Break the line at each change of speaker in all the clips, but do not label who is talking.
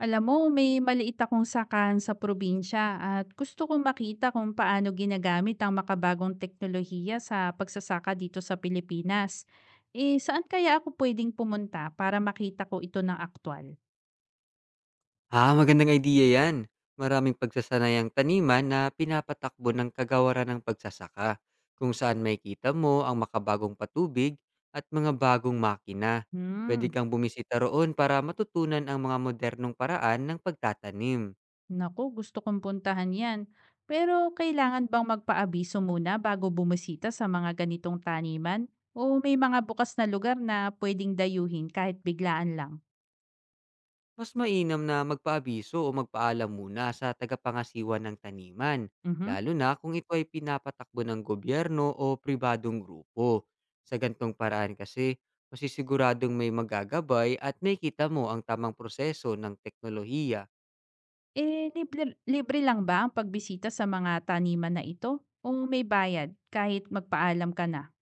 Alam mo, may maliit akong sakan sa probinsya at gusto kong makita kung paano ginagamit ang makabagong teknolohiya sa pagsasaka dito sa Pilipinas. Eh, saan kaya ako pwedeng pumunta para makita ko ito ng aktual?
Ah, magandang idea yan. Maraming pagsasanayang taniman na pinapatakbo ng kagawaran ng pagsasaka, kung saan makikita mo ang makabagong patubig at mga bagong makina. Pwede
Hmm,
kang bumisita roon para matutunan ang mga modernong paraan ng pagtatanim.
Naku, gusto kong puntahan yan. Pero kailangan bang magpaabiso muna bago bumisita sa mga ganitong taniman? O may mga bukas na lugar na pwedeng dayuhin kahit biglaan lang?
Mas mainam na magpaabiso o magpaalam muna sa tagapangasiwa ng taniman,
Mhm.
lalo na kung ito ay pinapatakbo ng gobyerno o pribadong grupo. Sa gantong paraan kasi, masisiguradong may magagabay at may kita mo ang tamang proseso ng teknolohiya.
Eh, libre libre lang ba ang pagbisita sa mga taniman na ito o may bayad kahit magpaalam ka na?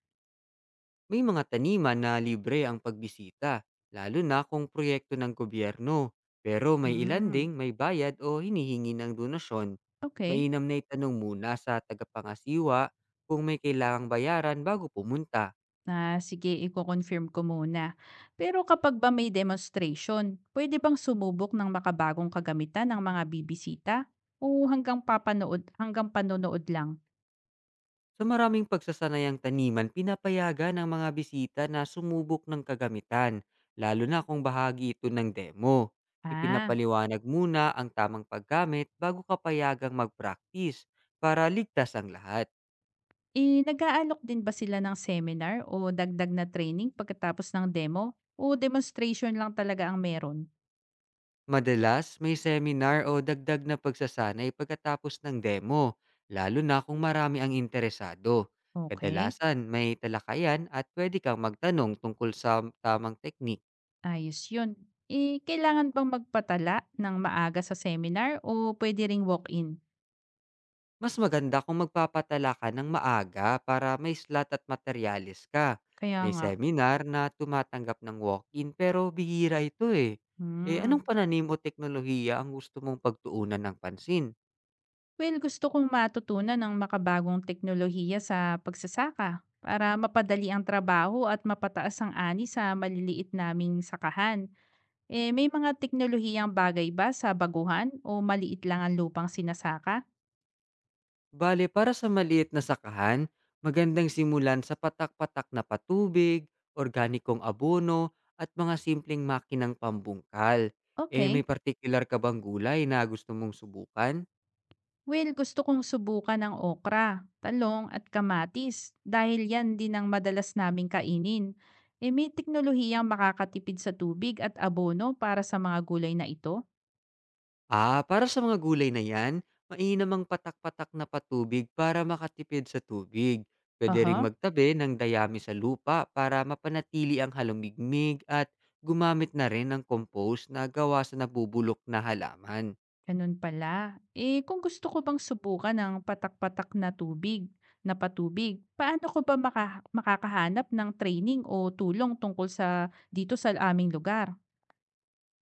May mga taniman na libre ang pagbisita, lalo na kung proyekto ng gobyerno. Pero may ilan
Hmm,
ding may bayad o hinihingi ng donasyon.
okey.
Mainam na itanong muna sa tagapangasiwa kung may kailangang bayaran bago pumunta.
Ah, sige iko-confirm ko muna. Pero kapag ba may demonstration, pwede bang sumubok ng makabagong kagamitan ng mga bibisita o hanggang panonood lang?
Sa maraming pagsasanayang taniman, pinapayagan ang mga bisita na sumubok ng kagamitan, lalo na kung bahagi ito ng demo.
Ah,
Ipinapaliwanag muna ang tamang paggamit bago kapayagang mag-practice para ligtas ang lahat.
eh, nag-aalok din ba sila ng seminar o dagdag na training pagkatapos ng demo o demonstration lang talaga ang meron?
Madalas, may seminar o dagdag na pagsasanay pagkatapos ng demo, lalo na kung marami ang interesado.
Okay.
Kadalasan, may talakayan at pwede kang magtanong tungkol sa tamang teknik.
Ayos yun. Eh, kailangan bang magpatala ng maaga sa seminar o pwede ring walk-in?
Mas maganda kung magpapatala ka ng maaga para may slot at materyales ka.
Kaya
May
nga.
seminar na tumatanggap ng walk-in pero bihira ito eh. Eh,
Hmm.
anong pananim o teknolohiya ang gusto mong pagtuunan ng pansin?
Well, gusto kong matutunan ng makabagong teknolohiya sa pagsasaka para mapadali ang trabaho at mapataas ang ani sa maliliit naming sakahan. Eh, may mga teknolohiyang bagay ba sa baguhan o maliit lang ang lupang sinasaka?
Bale, para sa maliit na sakahan, magandang simulan sa patak-patak na patubig, organikong abono, at mga simpleng makinang pambungkal. Eh,
Okay.
may partikular ka bang gulay na gusto mong subukan?
Well, gusto kong subukan ng okra, talong at kamatis dahil yan din ang madalas naming kainin. E may teknolohiyang makakatipid sa tubig at abono para sa mga gulay na ito?
Ah, para sa mga gulay na yan, mainam ang patak-patak na patubig para makatipid sa tubig. Pwede ring
Aha,
magtabi ng dayami sa lupa para mapanatili ang halumigmig at gumamit na rin ng compost na gawa sa nabubulok na halaman.
ganun pala. Eh kung gusto ko bang subukan ang patak-patak na tubig, na patubig, paano ko ba makakahanap ng training o tulong tungkol sa dito sa aming lugar?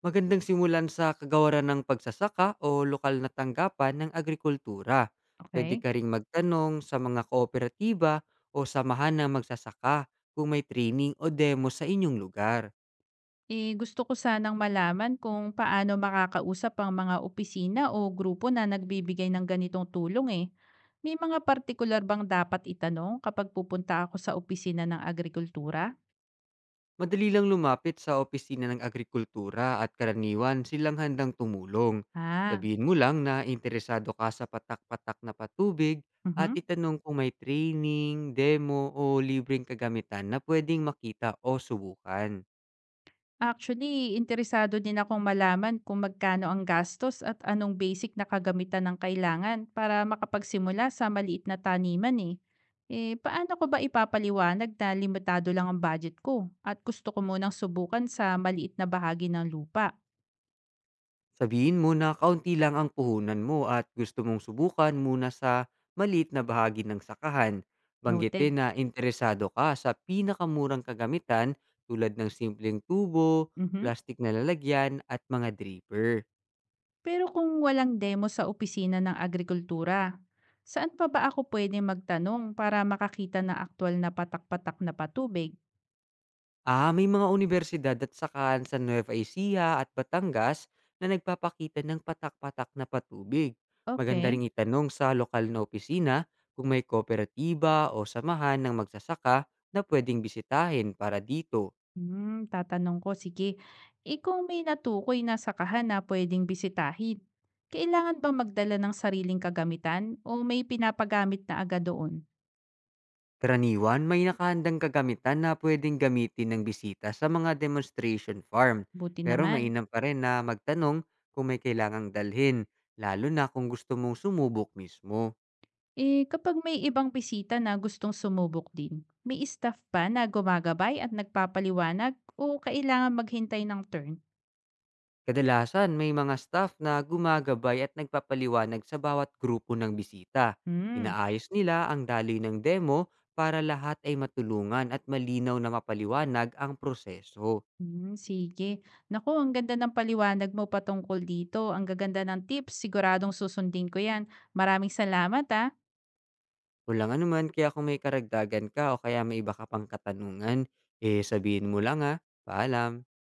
Magandang simulan sa kagawaran ng pagsasaka o lokal na tanggapan ng agrikultura. Pwede
Okay?
ka ring magtanong sa mga kooperatiba o samahan ng magsasaka kung may training o demo sa inyong lugar.
Eh, gusto ko sanang malaman kung paano makakausap ang mga opisina o grupo na nagbibigay ng ganitong tulong eh. May mga partikular bang dapat itanong kapag pupunta ako sa opisina ng agrikultura?
Madali lang lumapit sa opisina ng agrikultura at karaniwan silang handang tumulong.
Ah,
Sabihin mo lang na interesado ka sa patak-patak na patubig at
mhm.
itanong kung may training, demo o libreng kagamitan na pwedeng makita o subukan.
Actually, interesado din akong malaman kung magkano ang gastos at anong basic na kagamitan ng kailangan para makapagsimula sa maliit na taniman eh. Eh, paano ko ba ipapaliwanag na limitado lang ang budget ko at gusto ko munang subukan sa maliit na bahagi ng lupa?
Sabihin mo na kaunti lang ang puhunan mo at gusto mong subukan muna sa maliit na bahagi ng sakahan. Banggitin
Noted.
na interesado ka sa pinakamurang kagamitan tulad ng simpleng tubo,
Mhm.
plastik na lalagyan at mga dripper.
Pero kung walang demo sa opisina ng agrikultura, saan pa ba ako pwede magtanong para makakita ng aktwal na patak-patak na patubig?
Ah, may mga unibersidad at sakahan sa Nueva Ecija at Batangas na nagpapakita ng patak-patak na patubig. Maganda
Okay.
ring itanong sa lokal na opisina kung may kooperatiba o samahan ng magsasaka na pwedeng bisitahin para dito.
Hmm, tatanong ko, sige. Eh kung may natukoy na sakahan na pwedeng bisitahin, kailangan bang magdala ng sariling kagamitan o may pinapagamit na agad doon?
Karaniwan, may nakahandang kagamitan na pwedeng gamitin ng bisita sa mga demonstration farm.
Buti
Pero
naman.
mainam pa rin na magtanong kung may kailangang dalhin, lalo na kung gusto mong sumubok mismo.
Eh kapag may ibang bisita na gustong sumubok din, may staff ba na gumagabay at nagpapaliwanag o kailangan maghintay ng turn?
Kadalasan, may mga staff na gumagabay at nagpapaliwanag sa bawat grupo ng bisita.
Hmm,
Inaayos nila ang daloy ng demo para lahat ay matulungan at malinaw na mapaliwanag ang proseso.
hmm, sige. Naku, ang ganda ng paliwanag mo patungkol dito. Ang gaganda ng tips, siguradong susundin ko yan. Maraming salamat ah.
Walang anuman, kaya kung may karagdagan ka o kaya may iba ka pang katanungan, eh sabihin mo lang ha. Paalam!